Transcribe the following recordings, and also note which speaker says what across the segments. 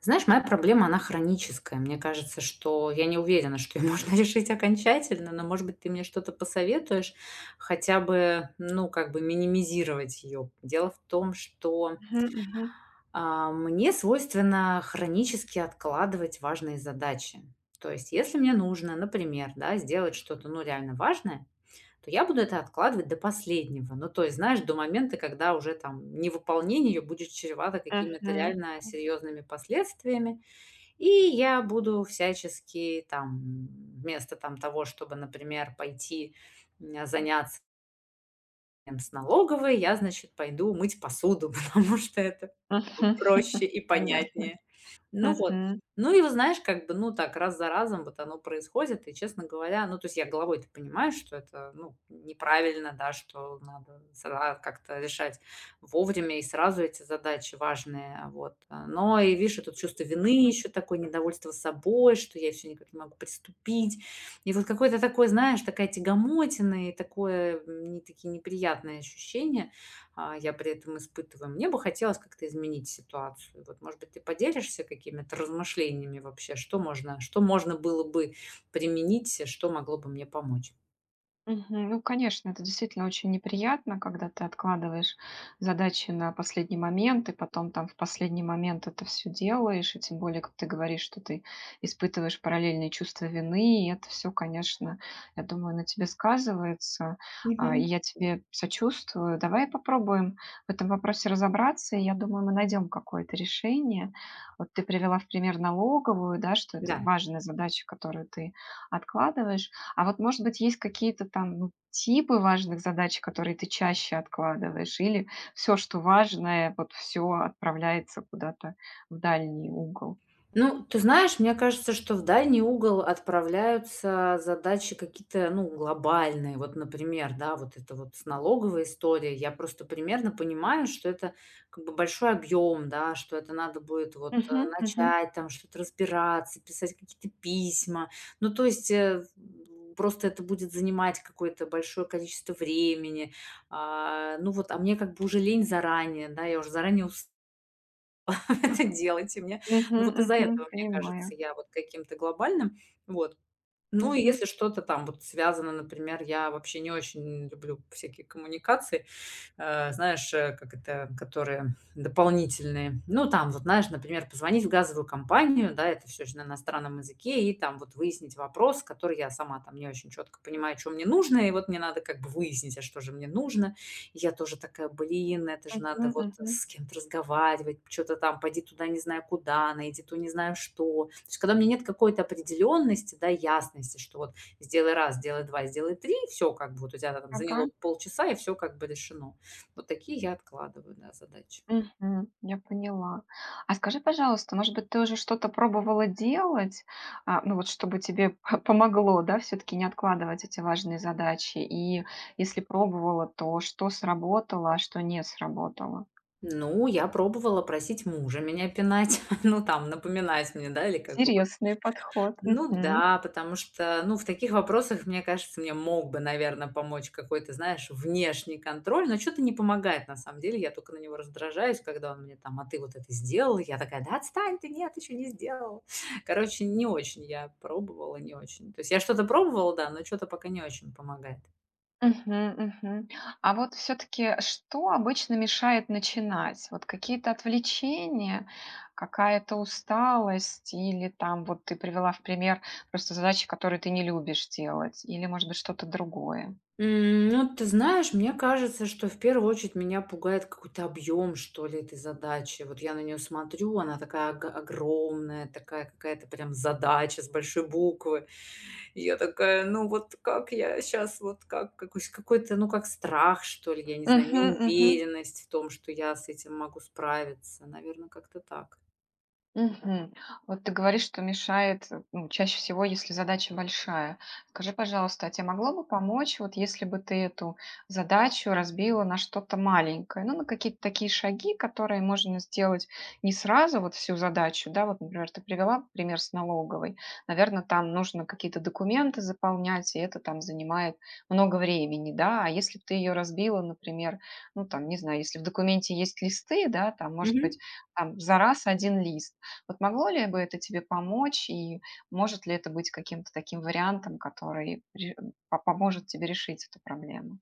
Speaker 1: Знаешь, моя проблема, она хроническая. Мне кажется, что я не уверена, что ее можно решить окончательно, но, может быть, ты мне что-то посоветуешь, хотя бы, ну, как бы минимизировать ее. Дело в том, что
Speaker 2: Мгм, мгм,
Speaker 1: мне свойственно хронически откладывать важные задачи. То есть, если мне нужно, например, да, сделать что-то, ну, реально важное, то я буду это откладывать до последнего. Ну, то есть, знаешь, до момента, когда уже там невыполнение ее будет чревато какими-то
Speaker 2: мгм,
Speaker 1: реально серьезными последствиями, и я буду всячески там, вместо там того, чтобы, например, пойти, заняться там с налоговой, я, значит, пойду мыть посуду, потому что это
Speaker 2: мгм.
Speaker 1: проще и
Speaker 2: Понятно.
Speaker 1: понятнее. Ну вот.
Speaker 2: Мгм.
Speaker 1: Ну и вот знаешь, как бы, ну так, раз за разом вот оно происходит. И, честно говоря, ну, то есть я головой-то понимаю, что это, ну, неправильно, да, что надо как-то решать вовремя и сразу эти задачи важные, вот. Но и, видишь, и тут чувство вины еще такое, недовольство собой, что я все никак не могу приступить. И вот какое-то такое, знаешь, такая тягомотина и такое, не такие неприятные ощущения я при этом испытываю. Мне бы хотелось как-то изменить ситуацию. Вот, может быть, ты поделишься какими-то размышлениями вообще, что можно было бы применить, что могло бы мне помочь?
Speaker 2: Мгм. Ну, конечно, это действительно очень неприятно, когда ты откладываешь задачи на последний момент, и потом там в последний момент это все делаешь, и тем более, как ты говоришь, что ты испытываешь параллельные чувства вины, и это все, конечно, я думаю, на тебе сказывается. А, и я тебе сочувствую. Давай попробуем в этом вопросе разобраться, и я думаю, мы найдем какое-то решение. Вот ты привела в пример налоговую, да, что это
Speaker 1: Да.
Speaker 2: важная задача, которую ты откладываешь, а вот, может быть, есть какие-то там, ну, типы важных задач, которые ты чаще откладываешь, или все, что важное, вот все отправляется куда-то в дальний угол?
Speaker 1: Ну, ты знаешь, мне кажется, что в дальний угол отправляются задачи какие-то, ну, глобальные. Вот, например, да, вот это вот с налоговой историей. Я просто примерно понимаю, что это как бы большой объем, да, что это надо будет вот
Speaker 2: Мгм, мгм,
Speaker 1: начать там что-то разбираться, писать какие-то письма. Ну, то есть просто это будет занимать какое-то большое количество времени. А, ну вот, а мне как бы уже лень заранее, да, я уже заранее это делайте мне. Ну,
Speaker 2: мгм,
Speaker 1: вот из-за
Speaker 2: мгм.
Speaker 1: этого, мне кажется,
Speaker 2: Понимаю.
Speaker 1: я вот каким-то глобальным. Вот. Ну, и
Speaker 2: Мгм,
Speaker 1: если что-то там вот связано, например, я вообще не очень люблю всякие коммуникации, знаешь, как это, которые дополнительные. Ну, там вот, знаешь, например, позвонить в газовую компанию, да, это все же на иностранном языке, и там вот выяснить вопрос, который я сама там не очень четко понимаю, что мне нужно, и вот мне надо как бы выяснить, а что же мне нужно. И я тоже такая, блин, это же
Speaker 2: мгм,
Speaker 1: надо вот
Speaker 2: мгм.
Speaker 1: с кем-то разговаривать, что-то там, пойди туда не знаю куда, найди ту не знаю что. То есть, когда у меня нет какой-то определенности, да, ясности, что вот сделай раз, сделай два, сделай три, все как бы вот у тебя там
Speaker 2: Ага.
Speaker 1: заняло полчаса, и все как бы решено. Вот такие я откладываю, да, задачи.
Speaker 2: Мгм. Я поняла. А скажи, пожалуйста, может быть, ты уже что-то пробовала делать, ну вот чтобы тебе помогло, да, все-таки не откладывать эти важные задачи? И если пробовала, то что сработало, а что не сработало?
Speaker 1: Ну, я пробовала просить мужа меня пинать, ну, там, напоминать мне, да, или как бы вот.
Speaker 2: Интересный подход.
Speaker 1: Ну
Speaker 2: Мгм.
Speaker 1: да, потому что, ну, в таких вопросах, мне кажется, мне мог бы, наверное, помочь какой-то, знаешь, внешний контроль, но что-то не помогает на самом деле. Я только на него раздражаюсь, когда он мне там, а ты вот это сделал? Я такая, да отстань ты, нет, еще не сделал. Короче, не очень я пробовала, не очень. То есть я что-то пробовала, да, но что-то пока не очень помогает.
Speaker 2: Мгм, мгм. А вот все таки что обычно мешает начинать? Вот какие-то отвлечения, какая-то усталость или там вот ты привела в пример просто задачи, которые ты не любишь делать, или, может быть, что-то другое?
Speaker 1: Ну, ты знаешь, мне кажется, что в первую очередь меня пугает какой-то объем, что ли, этой задачи. Вот я на нее смотрю, она такая огромная, такая какая-то прям задача с большой буквы. И я такая, ну вот как я сейчас, вот как какой-то, ну как страх, что ли, я не знаю,
Speaker 2: Мгм, мгм.
Speaker 1: неуверенность в том, что я с этим могу справиться. Наверное, как-то так.
Speaker 2: Мгм. Вот ты говоришь, что мешает, ну, чаще всего, если задача большая. Скажи, пожалуйста, а тебе могло бы помочь, вот если бы ты эту задачу разбила на что-то маленькое, ну, на какие-то такие шаги, которые можно сделать не сразу, вот всю задачу, да, вот, например, ты привела пример с налоговой, наверное, там нужно какие-то документы заполнять, и это там занимает много времени, да, а если бы ты ее разбила, например, ну, там, не знаю, если в документе есть листы, да, там, может быть, там, за раз один лист, вот могло ли бы это тебе помочь, и может ли это быть каким-то таким вариантом, который поможет тебе решить эту проблему?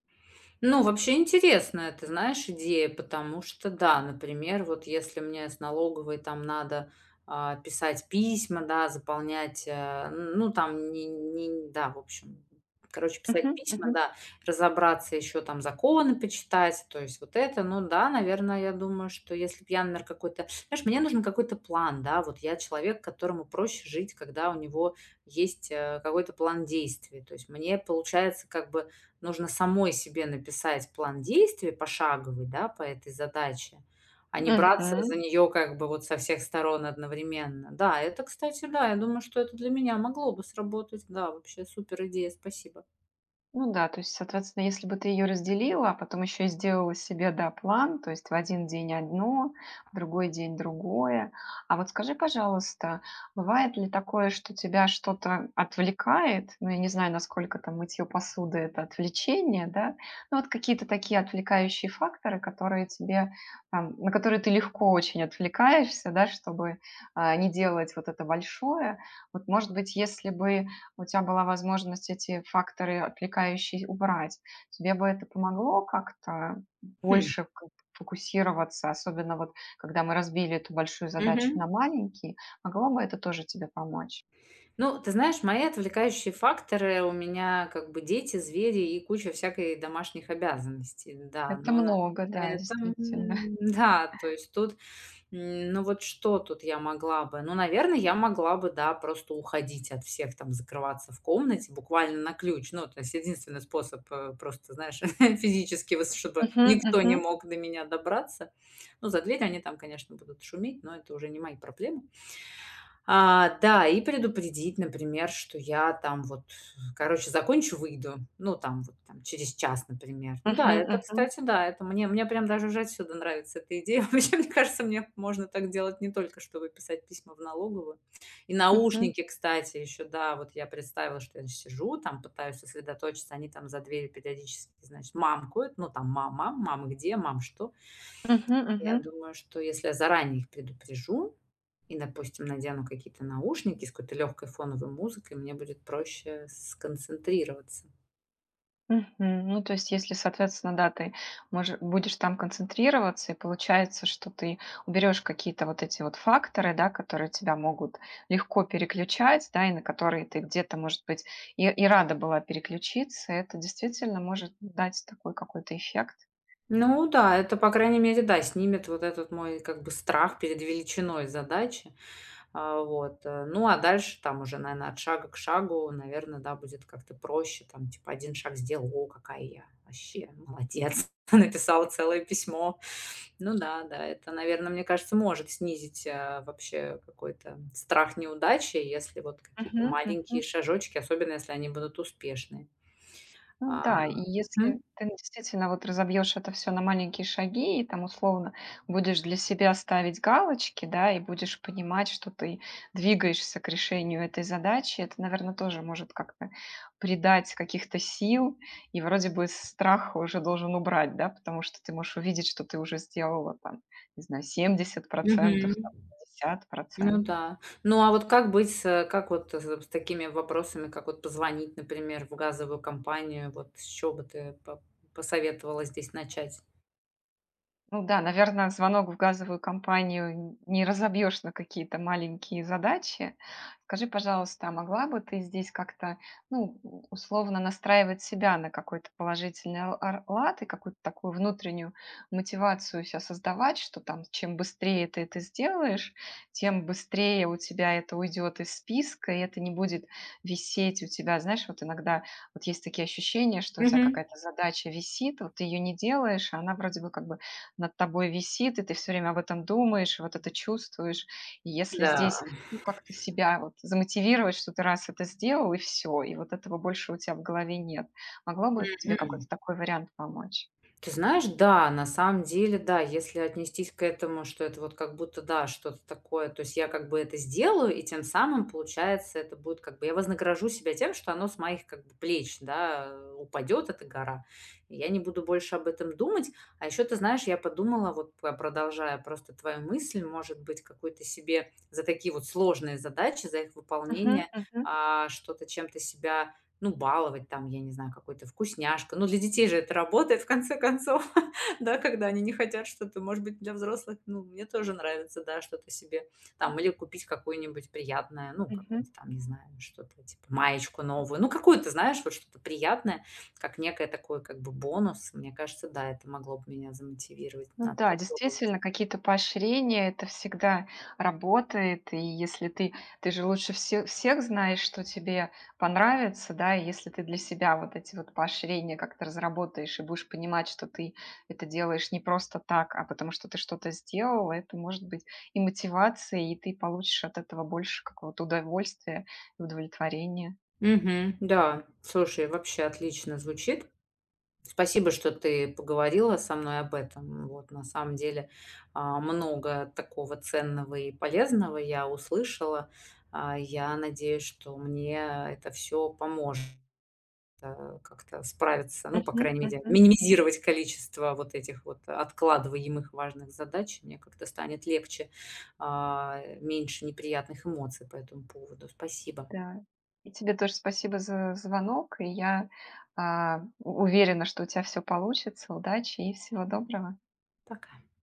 Speaker 1: Ну, вообще интересная, ты знаешь, идея, потому что, да, например, вот если мне с налоговой там надо писать письма, да, заполнять, ну, там, да, в общем, короче, писать
Speaker 2: Мгм,
Speaker 1: письма,
Speaker 2: мгм.
Speaker 1: да, разобраться еще там законы почитать, то есть вот это, ну, да, наверное, я думаю, что если б я, например, какой-то, знаешь, мне нужен какой-то план, да, вот я человек, которому проще жить, когда у него есть какой-то план действий, то есть мне, получается, как бы нужно самой себе написать план действий пошаговый, да, по этой задаче, а не браться
Speaker 2: Мгм.
Speaker 1: за нее как бы вот со всех сторон одновременно. Да, это, кстати, да, я думаю, что это для меня могло бы сработать. Да, вообще супер идея, спасибо.
Speaker 2: Ну да, то есть, соответственно, если бы ты ее разделила, а потом еще и сделала себе, да, план, то есть в один день одно, в другой день другое. А вот скажи, пожалуйста, бывает ли такое, что тебя что-то отвлекает? Ну, я не знаю, насколько там мытье посуды– это отвлечение, да? Ну, вот какие-то такие отвлекающие факторы, которые тебе, там, на которые ты легко очень отвлекаешься, да, чтобы не делать вот это большое. Вот, может быть, если бы у тебя была возможность эти факторы отвлекающие убрать. Тебе бы это помогло как-то
Speaker 1: Хм.
Speaker 2: больше как фокусироваться, особенно вот когда мы разбили эту большую задачу на
Speaker 1: Мгм.
Speaker 2: маленькие, могло бы это тоже тебе помочь?
Speaker 1: Ну, ты знаешь, мои отвлекающие факторы у меня как бы дети, звери и куча всякой домашних обязанностей. Да,
Speaker 2: Это
Speaker 1: но на
Speaker 2: много, да,
Speaker 1: это,
Speaker 2: действительно.
Speaker 1: да, то есть тут ну вот что тут я могла бы? Ну, наверное, я могла бы, да, просто уходить от всех, там, закрываться в комнате буквально на ключ. Ну, то есть единственный способ, просто, знаешь, физически, вот чтобы
Speaker 2: Мгм,
Speaker 1: никто
Speaker 2: мгм,
Speaker 1: не мог до меня добраться. Ну, за дверью они там, конечно, будут шуметь, но это уже не мои проблемы. Да, и предупредить, например, что я там вот, короче, закончу, выйду. Ну, там вот там через час, например. Ну да,
Speaker 2: мгм,
Speaker 1: это,
Speaker 2: мгм,
Speaker 1: кстати, да, это мне, мне прям даже уже отсюда нравится эта идея. Вообще, мне кажется, мне можно так делать не только, чтобы писать письма в налоговую. И
Speaker 2: мгм,
Speaker 1: наушники, кстати, еще, да, вот я представила, что я сижу, там пытаюсь сосредоточиться, они там за дверью периодически, значит, мамкают, ну, там, мама, мама где, мам что.
Speaker 2: мгм,
Speaker 1: Я
Speaker 2: мгм.
Speaker 1: думаю, что если я заранее их предупрежу и, допустим, надену какие-то наушники с какой-то легкой фоновой музыкой, мне будет проще сконцентрироваться.
Speaker 2: Мгм. Ну, то есть, если, соответственно, да, ты мож будешь там концентрироваться, и получается, что ты уберешь какие-то вот эти вот факторы, да, которые тебя могут легко переключать, да, и на которые ты где-то, может быть, и рада была переключиться, это действительно может дать такой какой-то эффект.
Speaker 1: Ну да, это, по крайней мере, да, снимет вот этот мой как бы страх перед величиной задачи. Ну а дальше там уже, наверное, от шага к шагу, наверное, да, будет как-то проще. Там типа один шаг сделал, о, какая я вообще молодец, написала целое письмо. Ну да, да, это, наверное, мне кажется, может снизить, вообще какой-то страх неудачи, если вот какие-то
Speaker 2: Мгм.
Speaker 1: маленькие
Speaker 2: Мгм.
Speaker 1: шажочки, особенно если они будут успешные.
Speaker 2: Ну
Speaker 1: А,
Speaker 2: да, и если
Speaker 1: мгм,
Speaker 2: ты действительно вот разобьешь это всё на маленькие шаги и там условно будешь для себя ставить галочки, да, и будешь понимать, что ты двигаешься к решению этой задачи, это, наверное, тоже может как-то придать каких-то сил, и вроде бы страх уже должен убрать, да, потому что ты можешь увидеть, что ты уже сделала там, не знаю, семьдесят
Speaker 1: мгм.
Speaker 2: процентов, там пятьдесят
Speaker 1: Ну
Speaker 2: процентов.
Speaker 1: да. Ну, а вот как быть с, как вот с такими вопросами, как вот позвонить, например, в газовую компанию? Вот с чего бы ты по посоветовала здесь начать?
Speaker 2: Ну да, наверное, звонок в газовую компанию не разобьешь на какие-то маленькие задачи. Скажи, пожалуйста, а могла бы ты здесь как-то, ну, условно настраивать себя на какой-то положительный лад и какую-то такую внутреннюю мотивацию себя создавать, что там чем быстрее ты это сделаешь, тем быстрее у тебя это уйдет из списка, и это не будет висеть у тебя. Знаешь, вот иногда вот есть такие ощущения, что у тебя
Speaker 1: Мгм.
Speaker 2: какая-то задача висит, вот ты ее не делаешь, а она вроде бы как бы над тобой висит, и ты все время об этом думаешь, вот это чувствуешь. И если
Speaker 1: Да.
Speaker 2: здесь, ну, как-то себя вот замотивировать, что ты раз это сделал, и все, и вот этого больше у тебя в голове нет. Могло бы тебе какой-то такой вариант помочь?
Speaker 1: Ты знаешь, да, на самом деле, да, если отнестись к этому, что это вот как будто, да, что-то такое, то есть я как бы это сделаю, и тем самым, получается, это будет как бы, я вознагражу себя тем, что оно с моих как бы плеч, да, упадет эта гора, и я не буду больше об этом думать. А еще, ты знаешь, я подумала, вот продолжая просто твою мысль, может быть, какую-то себе за такие вот сложные задачи, за их
Speaker 2: Мгм,
Speaker 1: выполнение,
Speaker 2: мгм,
Speaker 1: что-то чем-то себя ну, баловать там, я не знаю, какой-то вкусняшкой. Ну, для детей же это работает, в конце концов, да, когда они не хотят что-то. Может быть, для взрослых, ну, мне тоже нравится, да, что-то себе там или купить какое-нибудь приятное, ну,
Speaker 2: мгм.
Speaker 1: какое-нибудь там, не знаю, что-то типа маечку новую. Ну, какую-то, знаешь, вот что-то приятное, как некое такой как бы бонус. Мне кажется, да, это могло бы меня замотивировать.
Speaker 2: Ну
Speaker 1: Надо
Speaker 2: да,
Speaker 1: попробовать.
Speaker 2: действительно, какие-то поощрения- это всегда работает. И если ты, же лучше всех знаешь, что тебе понравится, да, и если ты для себя вот эти вот поощрения как-то разработаешь и будешь понимать, что ты это делаешь не просто так, а потому что ты что-то сделал, это может быть и мотивацией, и ты получишь от этого больше какого-то удовольствия и удовлетворения.
Speaker 1: Угу, да, слушай, вообще отлично звучит. Спасибо, что ты поговорила со мной об этом. Вот, на самом деле, много такого ценного и полезного я услышала. Я надеюсь, что мне это все поможет, как-то справиться, ну, по
Speaker 2: Мгм,
Speaker 1: крайней мере,
Speaker 2: мгм.
Speaker 1: минимизировать количество вот этих вот откладываемых важных задач. Мне как-то станет легче, меньше неприятных эмоций по этому поводу. Спасибо.
Speaker 2: Да. И тебе тоже спасибо за звонок. И я, а, у уверена, что у тебя все получится. Удачи и всего доброго.
Speaker 1: Пока.